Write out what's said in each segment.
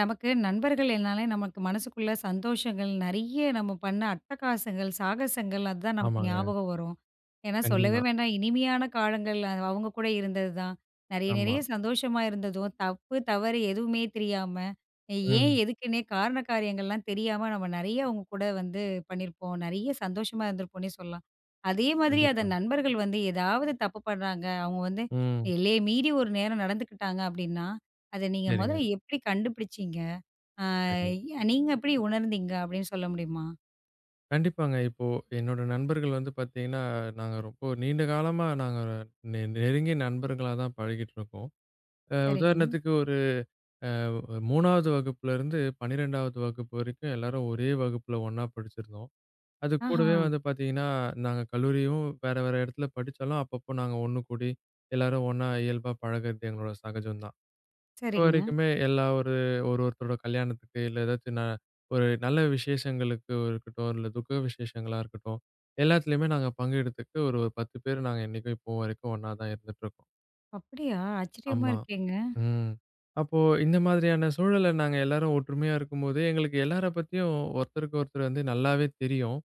நமக்கு நண்பர்கள்னாலே நமக்கு மனசுக்குள்ள சந்தோஷங்கள் நிறைய நம்ம பண்ண அட்டகாசங்கள், சாகசங்கள் அதுதான் நமக்கு ஆமாங்க. ஞாபகம் வரும். ஏன்னா சொல்லவே கண்டிமா. வேண்டாம், இனிமையான காலங்கள் அது அவங்க கூட இருந்தது தான். நிறைய ஆமா. நிறைய சந்தோஷமா இருந்ததும், தப்பு, தவறு எதுவுமே தெரியாம, ஏன் ம். எதுக்குன்னே காரண காரியங்கள்லாம் தெரியாம நம்ம நிறைய அவங்க கூட வந்து பண்ணியிருப்போம். நிறைய சந்தோஷமா இருந்திருப்போம்னே சொல்லலாம். அதே மாதிரி அத கண்டிப்பா. நண்பர்கள் வந்து ஏதாவது தப்பு பண்றாங்க, அவங்க வந்து ம். எல்லைய மீறி ஒரு நேரம் நடந்துக்கிட்டாங்க அப்படின்னா, அத நீங்க சரிங்க, மொதல்ல எப்படி கண்டுபிடிச்சீங்க? ஆ, சரி. நீங்க எப்படி உணர்ந்தீங்க அப்படின்னு சொல்ல முடியுமா? கண்டிப்பாங்க. இப்போ என்னோட நண்பர்கள் வந்து பார்த்தீங்கன்னா, நாங்க ரொம்ப நீண்ட காலமா நெருங்கிய நண்பர்களா தான் பழகிட்டு இருக்கோம். சரிங்க. உதாரணத்துக்கு ஒரு 3வது வகுப்புலருந்து 12வது வகுப்பு வரைக்கும் எல்லாரும் ஒரே வகுப்புல ஒண்ணா படிச்சிருந்தோம். அது ஆஹா! கூடவே வந்து பார்த்தீங்கன்னா, நாங்க கல்லூரியும் வேற வேற இடத்துல படிச்சாலும், அப்பப்போ நாங்க ஒண்ணு கூடி எல்லாரும் ஒண்ணா இயல்பா பழகுறது எங்களோட சகஜம் தான். இப்ப சரிங்க. வரைக்குமே எல்லா ஒரு ஒரு ஒருத்தரோட கல்யாணத்துக்கு, இல்ல ஏதாச்சும் ஒரு நல்ல விசேஷங்களுக்கு இருக்கட்டும், இல்ல துக்க விசேஷங்களா இருக்கட்டும், எல்லாத்துலயுமே நாங்க பங்கெடுத்துட்டு ஒரு ஒரு 10 பேர் நாங்க என்னைக்கும் இப்போ வரைக்கும் ஒண்ணா தான் இருந்துட்டுருக்கோம். அப்படியா? ஆச்சரியமா ஆமா. இருக்கேங்க. ம். அப்போ இந்த மாதிரியான சூழல்ல நாங்க எல்லாரும் ஒற்றுமையா இருக்கும்போது, எங்களுக்கு எல்லார பத்தியும் ஒருத்தருக்கு ஒருத்தர் வந்து நல்லாவே தெரியும்.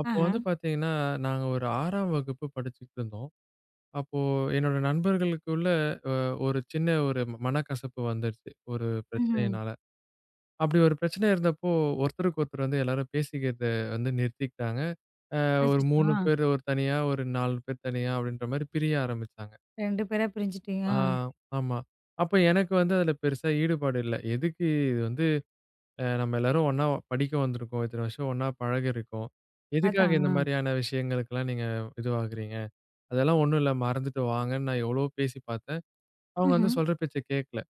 அப்போ ஆஹா! வந்து பார்த்தீங்கன்னா, நாங்க ஒரு 6ஆம் வகுப்பு படிச்சுட்டு இருந்தோம். அப்போ என்னோட நண்பர்களுக்குள்ள அ ஒரு சின்ன மனக்கசப்பு வந்துருச்சு. ஒரு ம்ஹ்ம். பிரச்சனையினால. அப்படி ஒரு பிரச்சனை இருந்தப்போ, ஒருத்தருக்கு ஒருத்தர் வந்து எல்லாரும் பேசிக்கிறத வந்து நிறுத்திக்கிட்டாங்க. அ ஒரு அச்சச்சோ! 3 பேர் ஒரு தனியா, ஒரு 4 பேர் தனியா அப்படின்ற மாரி பிரிய ஆரம்பிச்சாங்க. ஆ, 2 பேரா பிரிஞ்சுட்டீங்க. ஆ, ஆ ஆமா. அப்ப எனக்கு வந்து அதுல பெருசா ஈடுபாடு இல்ல. எதுக்கு இது வந்து நம்ம எல்லாரும் ஒண்ணா படிக்க வந்திருக்கோம். இத்தன வருஷம் ஒண்ணா பழகியிருக்கோம். எதுக்காக அதான். இந்த ஆ. மாரியான விஷயங்களுக்கெல்லாம் நீங்க இதுவாகுறீங்க? அதெல்லாம் ஒண்ணும் இல்ல மறந்துட்டு வாங்கன்னு நான் எவ்வளவோ பேசி பார்த்தேன். அவங்க வந்து ம்ஹ்ம். சொல்ற பேச்ச கேட்கல.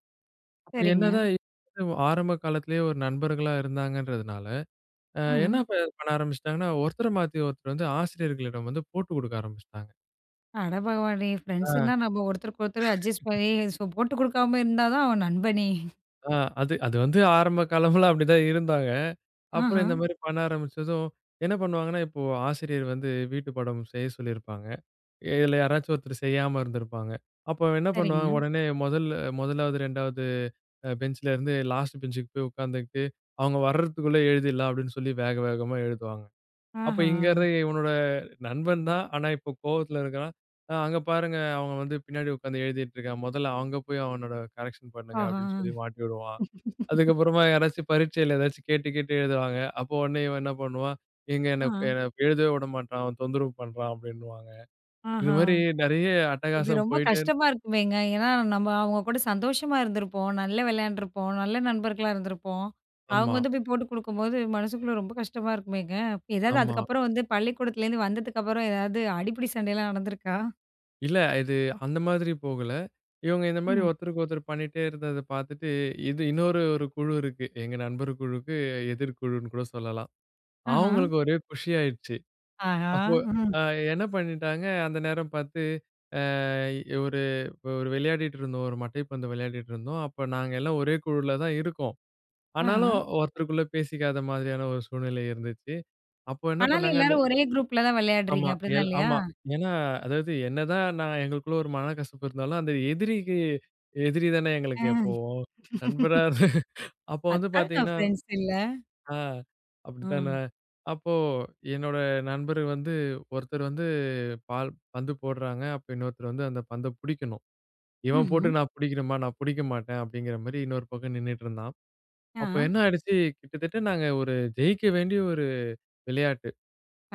அப்ப சரிங்க. என்னதான் இது ஆரம்ப காலத்திலேயே ஒரு நண்பர்களா இருந்தாங்கன்றதுனால என்ன ம். இப்ப பண்ண ஆரம்பிச்சுட்டாங்கன்னா, ஒருத்தர மாத்தி ஒருத்தர் வந்து ஆசிரியர்களிடம் வந்து போட்டு குடுக்க ஆரம்பிச்சுட்டாங்க. அட பகவானே! ஆ, ஃப்ரெண்ட்ஸ்ன்னா நம்ம ஒருத்தருக்கு ஒருத்தர் அட்ஜஸ்ட் பண்ணி சோ போட்டு குடுக்காம இருந்தா தான் அவன் நண்பனே! ஆ அது அது வந்து ஆரம்ப காலம்லாம் அப்படிதான் இருந்தாங்க. அப்புறம் ஆஹா! இந்த மாரி பண்ண ஆரம்பிச்சதும், என்ன பண்ணுவாங்கன்னா, இப்போ ஆசிரியர் வந்து வீட்டு பாடம் செய்ய சொல்லியிருப்பாங்க. இதுல யாராச்சும் ஒருத்தர் செய்யாம இருந்திருப்பாங்க. அப்போ என்ன சரிங்க. பண்ணுவாங்க, உடனே முதல்ல 1வது, 2வது பெஞ்ச்ல இருந்து லாஸ்ட் பெஞ்சுக்கு போய் உட்காந்துக்கிட்டு, அவங்க வர்றதுக்குள்ள எழுதிடலாம் அப்படின்னு சொல்லி வேக வேகமா எழுதுவாங்க. அப்ப ஆஹா! இங்கறது இவனோட நண்பன் தான். ஆனா இப்போ கோவத்துல இருக்கான். அங்க பாருங்க அவன் வந்து பின்னாடி உட்காந்து எழுதிட்டு இருக்கான். மொதல்ல அங்க போய் அவனோட கரெக்ஷன் பண்ணுங்க" ஆஹா! அப்படின்னு சொல்லி மாட்டி விடுவான். அதுக்கப்புறமா யாராச்சும் பரீட்சையில ஏதாச்சும் கேட்டு, கேட்டு எழுதுவாங்க. அப்போ உடனே இவன் என்ன பண்ணுவான், "ஏங்க எனக்கு ஆ. என்ன எழுதவே விட மாட்றான். அவன் தொந்தரவு பண்றான்" அப்படின்னுவாங்க. இது ஆஹா! மாரி நெறைய இது அட்டகாசம் ரொம்ப போயிட்டே கஷ்டமா இருக்குமேங்க. ஏன்னா, நம்ம அவங்க கூட சந்தோஷமா இருந்திருப்போம். நல்லா விளையாண்டுருப்போம். நல்ல நண்பர்களா இருந்திருப்போம். அவங்க ஆமா, வந்து போய் போட்டு குடுக்கும்போது மனசுக்குள்ள ரொம்ப கஷ்டமா இருக்குமேங்க. ஏதாவது ஆமா. அதுக்கப்புறம் வந்து பள்ளிக்கூடத்துலேருந்து வந்ததுக்கப்புறம் ஏதாவது அடிப்பிடி சண்டைலாம் நடந்திருக்கா? இல்ல. இது அந்த மாதிரி போகல. இவங்க இந்த மாரி ம். ஒருத்தருக்கு ஒருத்தர் பண்ணிட்டே இருந்தத பார்த்துட்டு, இது இன்னொரு குழு இருக்கு. எங்க நண்பர் குழுக்கு எதிர்க்குழுன்னு கூட சொல்லலாம். ஆஹா. அவங்களுக்கு ஒரே குஷி ஆயிடுச்சு. ஆஹா. அப்போ ம். அ என்ன பண்ணிட்டாங்க, அந்த நேரம் பார்த்து அ ஒரு ஒரு விளையாடிட்டு இருந்தோம். ஒரு மட்டைப்பந்து விளையாடிட்டு இருந்தோம். அப்ப நாங்க எல்லாம் ஒரே குழுல தான் இருக்கோம். ஆஹா. ஆனாலும் ஒருத்தருக்குள்ள பேசிக்காத மாதிரியான ஒரு சூழ்நிலை இருந்துச்சு. அப்போ என்ன ஆனாலும் பண்ணாங்க எல்லாரும் ஒரே குரூப்ல தான் விளையாடுறீங்க. ஆமா. அப்படிதான் இல்லையா? ஆமா. ஏன்னா, அதாவது என்னதான் நான் எங்களுக்குள்ள ஒரு மனக்கசப்பு இருந்தாலும், அந்த எதிரிக்கு எதிரி தானே எங்களுக்கு எப்போ. ஆ. நண்பரா இரு- அப்போ வந்து அதாங்க பார்த்தீங்கன்னா, ஃப்ரெண்ட்ஸ் இல்ல. ஆ, அப்படித்தானே. ம். அப்போ என்னோட நண்பர் வந்து ஒருத்தர் வந்து பால் பந்து போடுறாங்க. அப்ப இன்னொருத்தர் வந்து அந்த பந்த புடிக்கணும். இவன் போட்டு ம்ஹ்ம். நான் புடிக்கிறேன்ம்மா, நான் புடிக்க மாட்டேன் அப்படிங்கிற மாரி இன்னொரு பக்கம் நின்னுட்டு இருந்தான். ஆ. அப்போ என்ன ஆயிடுச்சு, கிட்டத்தட்ட நாங்க ஒரு ஜெயிக்க வேண்டிய ஒரு விளையாட்டு.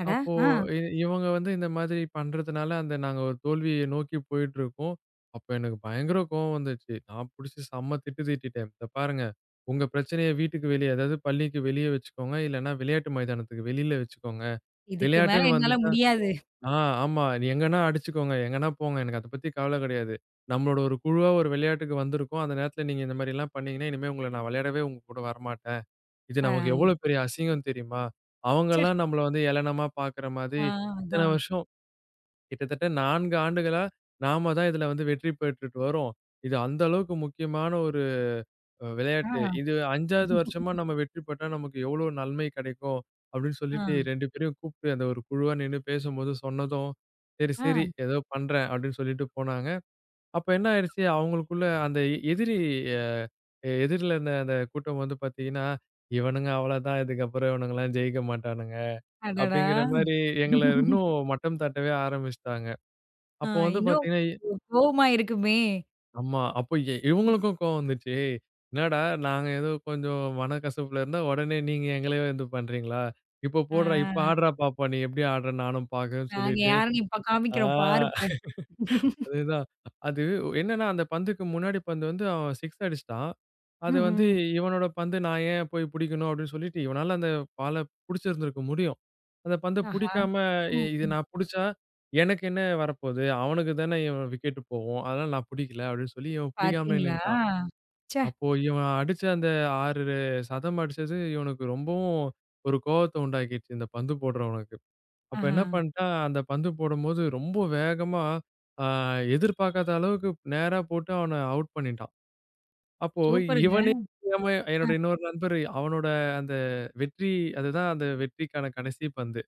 அட! அப்போ ஆ. இவங்க வந்து இந்த மாதிரி பண்றதுனால, அந்த நாங்க ஒரு தோல்விய நோக்கி போயிட்டுருக்கோம். அப்ப எனக்கு பயங்கர கோவம் வந்துச்சு. நான் புடிச்சு செம்ம திட்டு திட்டிட்டேன். "இத பாருங்க, உங்க பிரச்சனைய வீட்டுக்கு வெளிய, அதாவது பள்ளிக்கு வெளிய வச்சுக்கோங்க. இல்லன்னா விளையாட்டு மைதானத்துக்கு வெளியில வச்சுக்கோங்க. இதுக்கு மேல விளையாட்டுன்னு என்னால வந்துட்டா முடியாது. ஆ, ஆமா. நீ எங்கன்னா அடிச்சுக்கோங்க. எங்கன்னா போங்க. எனக்கு அத பத்தி கவல கிடையாது. நம்மளோட ஒரு குழுவா ஒரு விளையாட்டுக்கு வந்திருக்கோம். அந்த நேரத்துல நீங்க இந்த மாரிலாம் பண்ணீங்கன்னா, இனிமே உங்கள நான் விளையாடவே உங்க கூட வரமாட்டேன்." இது நமக்கு ஆ. எவ்வளோ பெரிய அசிங்கம் தெரியுமா? ச்சே! அவங்கலாம் நம்மள வந்து ஏளனமா பார்க்குற மாதிரி, ஆ இத்தன அதான். வருஷம் கிட்டத்தட்ட 4 ஆண்டுகளா நாம தான் இதுல வந்து வெற்றி பெற்றுட்டு வரோம். இது அந்த அளவுக்கு முக்கியமான ஒரு ஆ. விளையாட்டு. இது 5வது வருஷமா நம்ம வெற்றி பெற்றா நமக்கு எவ்வளோ நன்மை கிடைக்கும் அப்படின்னு ஆ, சொல்லிட்டு 2 பேரையும் கூப்ட்டு அந்த ஒரு குழுவா நின்னு பேசும்போது சொன்னதும், சரி, சரி ஆ. ஏதோ பண்றேன் அப்படின்னு சொல்லிட்டு போனாங்க. அப்ப என்ன ஆயிடுச்சு, அவங்களுக்குள்ள அந்த எதிரி அ எதிரில இருந்த அந்த கூட்டம் வந்து பார்த்தீங்கன்னா, "இவனுங்க அவ்வளதான். இதுக்கப்புறம் இவனுங்கலாம் ஜெயிக்க மாட்டானுங்க." அடடா! அப்படிங்கிற மாரி எங்கள இன்னும் மட்டம் தட்டவே ஆரம்பிச்சுட்டாங்க. ஆ, அப்போ வந்து இன்னும் பார்த்தீங்கன்னா கோவமா இருக்குமே! ஆமா. அப்போ ஆமா. இவங்களுக்கும் கோவம் வந்துச்சு. "ஏய்! என்னடா நாங்க ஏதோ கொஞ்சம் மனக்கசப்புல இருந்தா, உடனே நீங்க எங்களையே இது பண்றீங்களா? இப்போ ஆ, போடுறா, இப்போ ஆடுறா பாப்போம். நீ எப்படி ஆடுற நானும் பார்க்கறேன்னு" நாங்க சொல்லிட்டு, யாருன்னு இப்ப ஆ. காமிக்கிறோம் பாருப்ப. அதுதான். அது என்னன்னா, அந்த பந்துக்கு முன்னாடி பந்து வந்து அவன் சிக்ஸ் அடிச்சுட்டான். அது வந்து ம்ஹ்ம். இவனோட பந்து நான் ஏன் போய் புடிக்கணும் அப்படின்னு சொல்லிட்டு, இவனால அந்த பால புடிச்சிருந்திருக்க முடியும். அந்த பந்த ஆஹா! புடிக்காம இது ம். நான் புடிச்சா எனக்கு என்ன வரப்போது? அவனுக்கு தானே இவன் விக்கெட் போகும். அதனால நான் புடிக்கல அப்படின்னு சொல்லி இவன் புடிக்காமலே பார்த்தீங்களா? நின்னுட்டான். ச்சே! அப்போ இவன் அடிச்ச அந்த 6 சதம் அடிச்சது இவனுக்கு ரொம்பவும் ஒரு கோவத்த உண்டாக்கிடுச்சு இந்த பந்து போடுறவனுக்கு. அப்ப ஆஹா! என்ன பண்ணிட்டேன், அந்த பந்து போடும்போது ரொம்ப வேகமா அ எதிர்பார்க்காத அளவுக்கு நேரா போட்டு அவன அவுட் பண்ணிட்டான். அப்போ சூப்பருங்க. இவனே தெரியாம அ என்னோட இன்னொரு நண்பர் அவனோட அந்த வெற்றி அதுதான் அந்த வெற்றிக்கான கடைசி பந்து.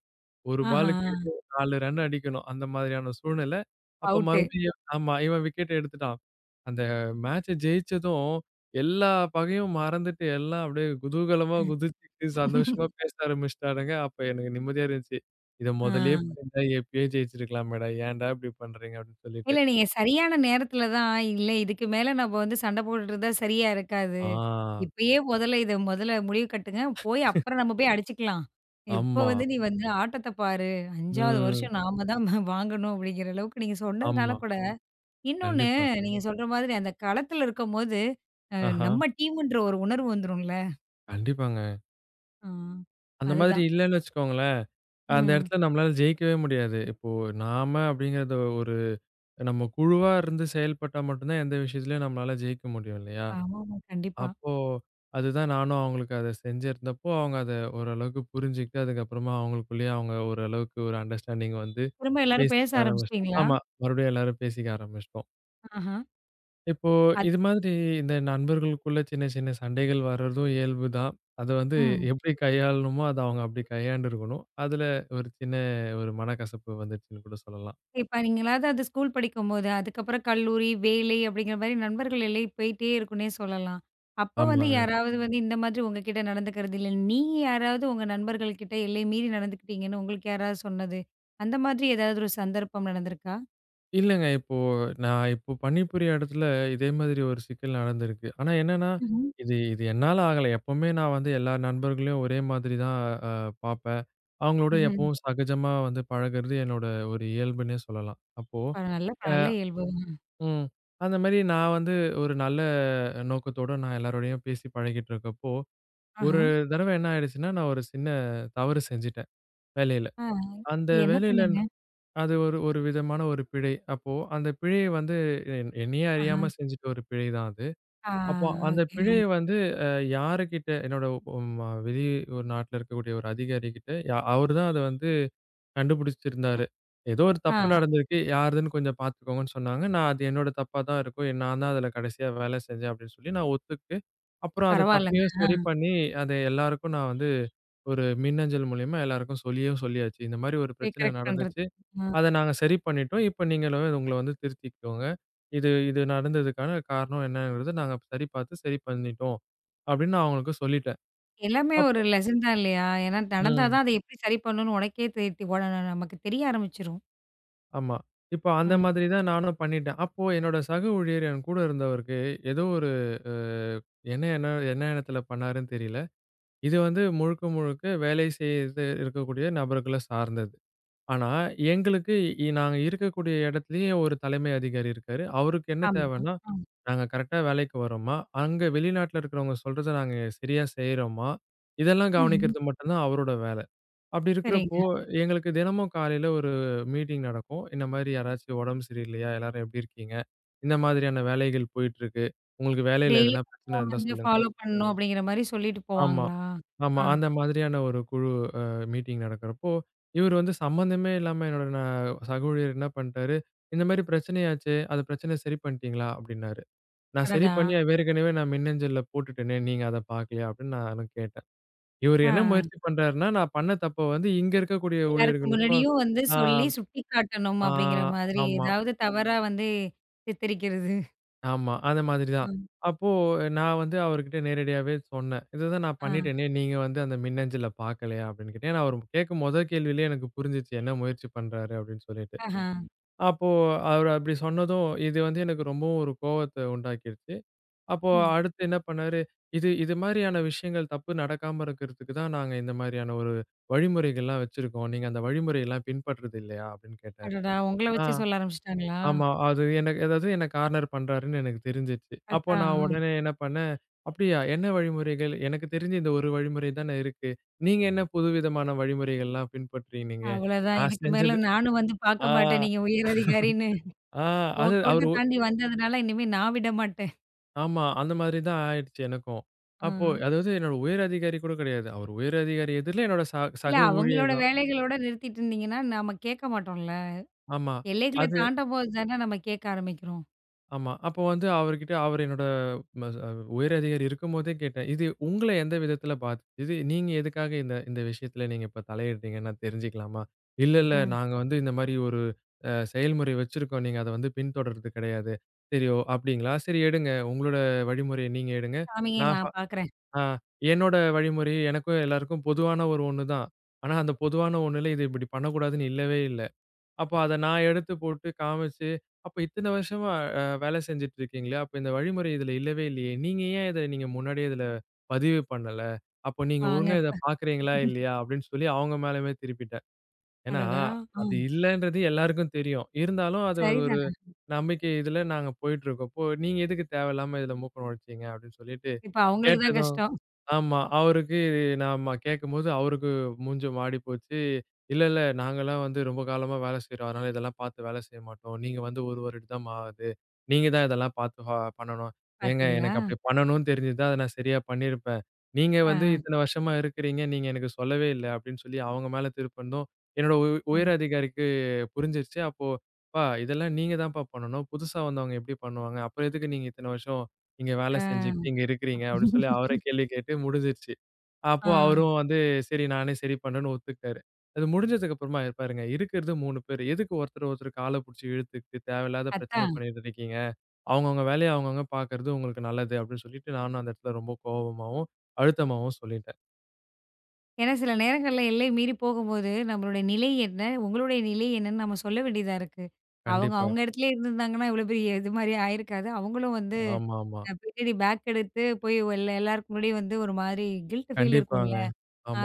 1 ஆஹா! பாலுக்கு 4 ரன் அடிக்கணும். அந்த மாதிரியான சூழ்நிலை. அப்ப அவுட்டு. மறுபடியும் ஆமா இவன் விக்கெட் எடுத்துட்டான். அந்த மேட்ச ஜெயிச்சதும், எல்லா பகையும் மறந்துட்டு, எல்லாம் அப்படியே குதூகலமா அ. குதிச்சுட்டு, சந்தோஷமா பேச ஆரம்பிச்சுட்டானுங்க. அப்ப எனக்கு நிம்மதியா இருந்துச்சு. "இத ஆ. மொதல்லயே பண்ணியிருந்தா எப்பயே ஜெயிச்சிருக்கலாமேடா! ஏன்டா இப்படி பண்றீங்க?" அப்படின்னு சொல்லிட்டு. இல்ல, நீங்க சரியான நேரத்துல தான், இல்ல இதுக்கு மேல நம்ம வந்து சண்டை போட்டுட்டு இருந்தா சரியா இருக்காது. ஆ, இப்பயே முதல்ல இத முதல்ல முடிவு கட்டுங்க. போய் அப்புறம் நம்ம போய் அடிச்சுக்கலாம். இப்போ ஆமா. வந்து நீ வந்து ஆட்டத்த பாரு. 5வது ம். வருஷம் நாம தான் வாங்கணும் அப்படிங்கிற அளவுக்கு நீங்க சொன்னதுனால ஆமா. கூட இன்னொன்னு கண்டிப்பா. நீங்க சொல்ற மாதிரி அந்த களத்துல இருக்கும்போது, அ ஆஹா. நம்ம டீம்ன்ற ஒரு உணர்வு வந்துரும்ல. கண்டிப்பாங்க. ஆ அந்த மாதிரி அதுதான். இல்லன்னு வச்சுக்கோங்களேன், அந்த ம். இடத்துல நம்மளால ஜெயிக்கவே முடியாது. இப்போ நாம அப்படிங்கிறது ஒரு நம்ம குழுவா இருந்து செயல்பட்டா மட்டும் தான் எந்த விஷயத்துலயும் நம்மளால ஜெயிக்க முடியும் இல்லையா? ஆமாமா, கண்டிப்பா. அப்போ அதுதான் நானும் அவங்களுக்கு அத செஞ்சிருந்தப்போ, அவங்க அத ஓரளவுக்கு புரிஞ்சுகிட்டு, அதுக்கப்புறமா அவங்களுக்குள்ளேயே அவங்க ஓரளவுக்கு ஒரு அண்டர்ஸ்டாண்டிங் வந்து திரும்ப எல்லாரும் பேச பேசிக்க ஆரம்பிச்சுட்டோம். ஆரம்பிச்சுட்டீங்களா? ஆமா. மறுபடியும் எல்லாரும் பேசிக்க ஆரம்பிச்சுட்டோம். ஆஹா. இப்போ அத் இது மாதிரி இந்த நண்பர்களுக்குள்ள சின்ன சின்ன சண்டைகள் வர்றதும் இயல்பு தான். அத வந்து ம். எப்படி கையாளணுமோ, அத அவங்க அப்படி கையாண்டுருக்கணும். அதுல ஒரு சின்ன ஒரு மனக்கசப்பு வந்துருச்சுன்னு கூட சொல்லலாம். இப்ப நீங்களாவது அது ஸ்கூல் படிக்கும்போது, அதுக்கப்புறம் கல்லூரி, வேலை அப்படிங்கிற மாரி நண்பர்கள் எல்லை போயிட்டே இருக்குன்னே சொல்லலாம். அப்ப வந்து ஆமாங்க. யாராவது ம். வந்து இந்த மாதிரி உங்ககிட்ட நடந்துக்கிறது இல்ல, நீங்க யாராவது உங்க நண்பர்கள் கிட்ட எல்லை மீறி நடந்துக்கிட்டீங்கன்னு உங்களுக்கு யாராவது சொன்னது, அந்த மாதிரி ஏதாவது ஒரு சந்தர்ப்பம் நடந்திருக்கா? இல்லங்க. இப்போ நான் இப்போ பணிபுரிய இடத்துல இதே மாதிரி ஒரு சிக்கல் நடந்திருக்கு. ஆனா என்னன்னா, ம்ஹ்ம். இது இது என்னால ஆகல. எப்பவுமே நான் வந்து எல்லா நண்பர்களையும் ஒரே மாதிரி தான் அ பார்ப்பேன். அவங்களோட ம்ஹ்ம். எப்பவும் சகஜமா வந்து பழகுறது என்னோட ஒரு இயல்புன்னே சொல்லலாம். அப்போ நல்ல அ நல்ல இயல்பு. ம். அந்த மாரி நான் வந்து ஒரு நல்ல நோக்கத்தோட நான் எல்லாரோடையும் பேசி பழகிட்டு இருக்கப்போ, ஒரு ஆஹா. தடவ என்ன ஆயிடுச்சுன்னா, நான் ஒரு சின்ன தவறு செஞ்சுட்டேன் வேலையில. ஆ. அந்த என்ன வேலையில பண்ணீங்க? அது ஒரு ஒரு விதமான ஒரு பிழை. அப்போ அந்த பிழைய வந்து என்னையே ஆஹா. அறியாம செஞ்சுட்ட ஒரு பிழை தான் அது. ஆ. அப்போ அந்த ஓகே. பிழைய வந்து அ யாருகிட்ட என்னோட ம் வெளி ஒரு நாட்ல இருக்கக்கூடிய ஒரு அதிகாரிகிட்ட அவரு தான் அத வந்து கண்டுபிடிச்சிருந்தாரு. ஏதோ ஒரு தப்பு ஆ. நடந்திருக்கு. யாருதுன்னு கொஞ்சம் பார்த்துக்கோங்கன்னு சொன்னாங்க. நான் அது என்னோட தப்பா தான் இருக்கும். நான் தான் அதுல கடைசியா வேலை செஞ்சேன் அப்படின்னு சொல்லி நான் ஒத்துக்கிட்டு, அப்புறம் அந்த பரவால்லங்க. தப்பையும் சரி பண்ணி அத எல்லாருக்கும் நான் வந்து ஒரு மின்னஞ்சல் மூலியமா எல்லாருக்கும் சொல்லியும் சொல்லியாச்சு. இந்த மாரி ஒரு போய் பிரச்சனை கரெக்ட் பண்றது. நடந்துச்சு. ஆ. அத நாங்க சரி பண்ணிட்டோம். இப்ப நீங்களும் உங்கள வந்து திருத்திக்கோங்க. இது இது நடந்ததுக்கான காரணம் என்னங்கிறத நாங்க சரி பார்த்து சரி பண்ணிட்டோம். அப்படின்னு நான் அவங்களுக்கு சொல்லிட்டேன். எல்லாமே அப்போ ஒரு லெசன் தான் இல்லையா? ஏன்னா நடந்தா ம். தான் அதை எப்படி சரி பண்ணணும்னு உனக்கே தெ தெ ஒட நமக்கு தெரிய ஆரம்பிச்சுரும். ஆமா. இப்போ அந்த ம். மாதிரி தான் நானும் பண்ணிட்டேன். அப்போ என்னோட சக ஊழியர் என் கூட இருந்தவருக்கு ஏதோ ஒரு அ என்ன என்ன என்ன எண்ணத்துல பண்ணாருன்னு தெரியல. இது வந்து முழுக்க முழுக்க வேலை செய்து இருக்கக்கூடிய நபர்கள சார்ந்தது. ஆனா, எங்களுக்கு நாங்க இருக்கக்கூடிய இடத்திலேயே ஒரு தலைமை அதிகாரி இருக்காரு. அவருக்கு என்ன ஆமா. தேவைன்னா, ஆ. நாங்க கரெக்ட்டா வேலைக்கு வர்றோமா? அங்க வெளிநாட்ல இருக்கிறவங்க சொல்றத நாங்க சரியா செய்றோமா? இதெல்லாம் ம்ஹ்ம். கவனிக்கிறது மட்டும் தான் அவரோட வேலை. அப்படி சரிங்க. இருக்கிறப்போ, எங்களுக்கு தினமும் காலையில ஒரு மீட்டிங் நடக்கும். இந்த மாரி யாராச்சும் உடம்பு சரியில்லையா? எல்லாரும் எப்படி இருக்கீங்க? இந்த மாதிரியான வேலைகள் போயிட்டுருக்கு. உங்களுக்கு வேலையில டெய்லி எதனா பிரச்சனை இருந்தா வந்து சொல்லுங்க. ஃபாலோ பண்ணணும் அப்படிங்கிற மாரி சொல்லிட்டு ஆமா, போவாங்களா? ஆமா. ஆ. அந்த மாதிரியான ஒரு குழு அ மீட்டிங் நடக்கிறப்போ, இவரு வந்து சம்மந்தமே இல்லாம என்னோட சக ஊழியர் என்ன பண்ணிட்டாரு, "இந்த மாரி பிரச்சனையாச்சே, அது பிரச்சனைய சரி பண்ணிட்டீங்களா?" அப்படின்னாரு. நான் சரி அடடா! பண்ணி அது ஏற்கனவே நான் மின்னஞ்சல்ல போட்டுட்டேனே, நீங்க அத பார்க்கலையா? அப்படின்னு நானும் கேட்டேன். இவரு ஆ. என்ன முயற்சி பண்றாருன்னா, நான் பண்ண தப்ப வந்து இங்க இருக்கக்கூடிய எல்லாருக்கும் ஊழியர்களுக்கும் முன்னாடியும் வந்து ஆ, சொல்லி சுட்டிக்காட்டணும் ஆ, அப்படிங்கிற மாதிரி ஆமா. ஏதாவது தவறா வந்து சித்தரிக்கிறது. ஆமா. அந்த மாதிரி தான். ம். அப்போ நான் வந்து அவருகிட்ட நேரடியாவே சொன்னேன். "இதுதான் நான் ஆ. பண்ணிட்டேனே, நீங்க வந்து அந்த மின்னஞ்சல பாக்கலையா?" அப்படின்னு கேட்டேன். ஏன்னா, அவரு கேட்கும் மொத கேள்வியிலயே எனக்கு புரிஞ்சுச்சு, என்ன முயற்சி பண்றாரு அப்படின்னு சொல்லிட்டு. ஆஹா. அப்போ அவரு அப்படி சொன்னதும், இது வந்து எனக்கு ரொம்பவும் ஒரு கோவத்த உண்டாக்கிருச்சு. அப்போ ம். அடுத்து என்ன பண்ணாரு, "இது இது மாரியான விஷயங்கள் தப்பு நடக்காம இருக்கிறதுக்கு தான் நாங்க இந்த மாரியான ஒரு வழிமுறைகள்லாம் வச்சிருக்கோம். நீங்க அந்த வழிமுறையெல்லாம் பின்பற்றது இல்லையா?" அப்படின்னு கேட்டாரு. அடடா! உங்கள ஆ. வச்சு சொல்ல ஆரம்பிச்சுட்டாங்களா? ஆமா. அது எனக்கு அதாவது என்ன கார்னர் பண்றாருன்னு எனக்கு தெரிஞ்சிருச்சு. அப்போ நான் அதான். அ. உடனே என்ன பண்ணேன், "அப்படியா என்ன வழிமுறைகள்? எனக்கு தெரிஞ்சு இந்த ஒரு வழிமுறை தானே இருக்கு. நீங்க என்ன புதுவிதமான வழிமுறைகள்லாம் பின்பற்றினீங்க?" அவ்வளோதான். நான் இதுக்கு மேல செஞ்சது நானும் வந்து ஆ, பார்க்க மாட்டேன் நீங்க உயர் அதிகாரின்னு. ஆ உன் அது கோட்ட அவரு தாண்டி வந்ததுனால இனிமே நான் விட மாட்டேன். ஆமா. அந்த மாதிரி தான் ஆயிடுச்சு எனக்கும். ஆ. அப்போ அதாவது என்னோட உயர் அதிகாரி கூட கிடையாது. அவர் உயர் அதிகாரி எதிர்ல என்னோட இல்ல சக அவங்களோட ஊழியர் தான். வேலைகளோட நிறுத்திட்டு இருந்தீங்கன்னா, நாம கேட்க மாட்டோம்ல. ஆமா. எல்லைகள அது தாண்டம்போது தானே நம்ம கேட்க ஆரம்பிக்கிறோம். ஆமா. அப்போ வந்து அவர்கிட்ட அவரு என்னோட ம ச உயர் அதிகாரி இருக்கும்போதே கேட்டேன். "இது உங்கள எந்த விதத்தில பாதிச்சது? நீங்க எதுக்காக இந்த இந்த விஷயத்தில நீங்க இப்ப தலையிடுறீங்கன்னு நான் தெரிஞ்சுக்கலாமா?" "இல்ல, இல்ல. ம். நாங்க வந்து இந்த மாரி ஒரு செயல்முறை வச்சிருக்கோம். நீங்க அத வந்து பின்தொடர்றது கிடையாது." "சரி. ஓ! அப்படிங்களா? சரி எடுங்க. உங்களோட வழிமுறைய நீங்க எடுங்க. சாமி நான் ஃப நான் பார்க்குறேன். ஆ என்னோட வழிமுறை எனக்கும் எல்லாருக்கும் பொதுவான ஒரு ஒண்ணு தான். ஆனா அந்த பொதுவான ஒண்ணுல இது இப்படி பண்ணக்கூடாதுன்னு இல்லவே இல்ல. அப்ப அத நான் எடுத்து போட்டு காமிச்சு, "அப்ப இத்தன வருஷமா வேலை செஞ்சுட்டு இருக்கீங்களே, அப்ப இந்த வழிமுறை இதுல இல்லவே இல்லையே! நீங்க ஏன் இத நீங்க முன்னாடியே இதுல பதிவு பண்ணல? அப்ப நீங்க வாங்க ஒழுங்கா இத இப்ப. பார்க்குறீங்களா, இல்லையா?" அப்படின்னு சொல்லி அவங்க மேலயுமே திருப்பிட்டேன். ஏன்னா, அடடா! ஆ அது இல்லன்றது எல்லாருக்கும் தெரியும். இருந்தாலும் அது ஒரு சரிதானே. நம்பிக்கை இதுல நாங்க போயிட்டுருக்கப்போ, "நீங்க எதுக்கு தேவையில்லாம இதுல மூக்க நுழைச்சீங்க?" அப்படின்னு சொல்லிட்டு இப்ப அவங்களுக்கு தான் கேட்டதும் கஷ்டம். ஆமா. அவருக்கு நாம கேட்கும்போது அவருக்கு மூஞ்சும் வாடி போச்சு. இல்ல, இல்ல. நாங்கலாம் வந்து ரொம்ப காலமா வேலை செய்றோம். அதனால இதெல்லாம் பார்த்து வேலை செய்ய மாட்டோம். நீங்க வந்து 1 வருடம் தான் ஆகுது. நீங்க தான் இதெல்லாம் பார்த்து ஹா பண்ணணும். ஏங்க பார்த்தீங்களா? எனக்கு அப்படி பண்ணணும்னு தெரிஞ்சிருந்தா அத நான் சரியா பண்ணியிருப்பேன். நீங்க ஆ, வந்து இத்தன வருஷமா இருக்கிறீங்க. நீங்க எனக்கு சொல்லவே இல்ல அப்படின்னு சொல்லி அவங்க மேல திருப்பணும். என்னோட உ ஆ, உயர் அதிகாரிக்கு புரிஞ்சிருச்சு. அப்போ "அப்பா இதெல்லாம் நீங்க தான்ப்பா பண்ணணும். புதுசா வந்தவங்க எப்படி பண்ணுவாங்க? அப்புறம் எதுக்கு நீங்க இத்தன வருஷம் இங்க வேலை ஆ. செஞ்சுக்கிட்டு இங்க இருக்கிறீங்க?" அப்படின்னு சொல்லி அவர கேள்வி கேட்டு முடிஞ்சிருச்சு. அப்போ ஆ. அவரும் வந்து சரி நானே சரி பண்றேன்னு ஒத்துக்கிட்டாரு. அது முடிஞ்சதுக்கு அப்புறமா பாருங்க இருக்கிறது 3 பேரு. எதுக்கு ஒருத்தர் ஒருத்தர் கால புடிச்சு இழுத்துக்கிட்டு தேவையில்லாத பிரச்சனை அதான். பண்ணிட்டு இருக்கீங்க. அவங்கவங்க வேலைய அவங்கவங்க பார்க்கறது உங்களுக்கு நல்லது அப்படின்னு சொல்லிட்டு நானும் அந்த இடத்துல ரொம்ப கோவமாவும், அழுத்தமாவும் சொல்லிட்டேன். ஏன்னா சில நேரங்கள்ல எல்லை மீறி போகும்போது, நம்மளுடைய நிலை என்ன? உங்களுடைய நிலை என்னன்னு நம்ம சொல்ல வேண்டியதா இருக்கு. அவங்க கண்டிப்பா. அவங்க இடத்துலயே இருந்திருந்தாங்கன்னா, இவ்வளோ பெரிய இது மாரி ஆயிருக்காது. அவங்களும் வந்து ஆமாமா. பின்னாடி பேக் எடுத்து போய் எல்லாருக்கு முன்னாடியும் வந்து ஒரு மாதிரி கில்ட் ஃபீல் இருக்கும்ல. கண்டிப்பாங்க.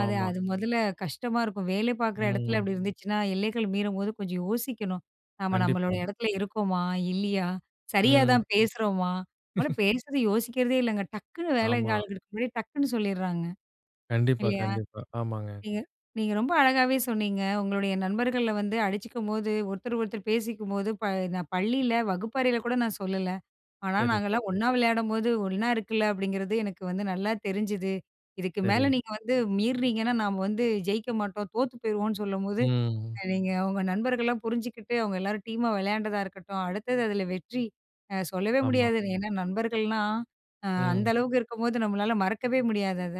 அது அது முதல்ல கஷ்டமா இருக்கும். வேலை பார்க்குற இடத்துல ம். அப்படி இருந்துச்சுன்னா, எல்லைகள் மீறும்போது கொஞ்சம் யோசிக்கணும். நம்ம நம்மளோட கண்டிப்பா. இடத்துல இருக்கோமா? இல்லையா? சரியா ம். தான் பேசுறோமா? முதல்ல பேசுறது யோசிக்கிறதே இல்லங்க. டக்குன்னு வேலை ஆமா. ஆளுங்களுக்கு முன்னாடி டக்குன்னு சொல்லிடுறாங்க. கண்டிப்பா, இல்லையா? கண்டிப்பா. ஆமாங்க. நீங்க நீங்க ரொம்ப அழகாவே சொன்னீங்க. உங்களுடைய நண்பர்கள்ல வந்து அடிச்சுக்கும்போது, ஒருத்தர் ஒருத்தர் பேசிக்கும்போது, நான் பள்ளியில வகுப்பறையில கூட நான் சொல்லல. ஆனா, சரி, சரி, நாங்கலாம் ஒண்ணா விளையாடும்போது, ஒண்ணா இருக்குல்ல அப்படிங்கிறது எனக்கு வந்து நல்லா தெரிஞ்சுது. இதுக்கு சரி. மேல நீங்க வந்து மீறுனீங்கன்னா, நாம வந்து ஜெயிக்க மாட்டோம், தோத்து போயிருவோம்ன்னு சொல்லும்போது ம். நீங்க உங்க நண்பர்கள்லாம் புரிஞ்சுக்கிட்டு, அவங்க எல்லாரும் டீமா விளையாண்டதா இருக்கட்டும், அடுத்தது அதுல வெற்றி சொல்லவே ஆமா. முடியாது. ஏன்னா நண்பர்கள்லாம் அந்த ம். அளவுக்கு இருக்கும்போது நம்மளால மறக்கவே முடியாது அத.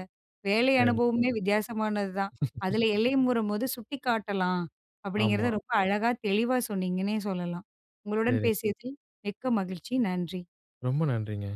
வேலை சரி, அனுபவமே சரி. வித்தியாசமானது தான். அதுல எல்லை மீறும்போது சுட்டிக்காட்டலாம் அப்படிங்கிறத ஆமா. ரொம்ப அழகா, தெளிவா சொன்னீங்கன்னே சொல்லலாம். உங்களுடன் சரி. பேசியதில் மிக்க மகிழ்ச்சி. நன்றி. ரொம்ப நன்றிங்க.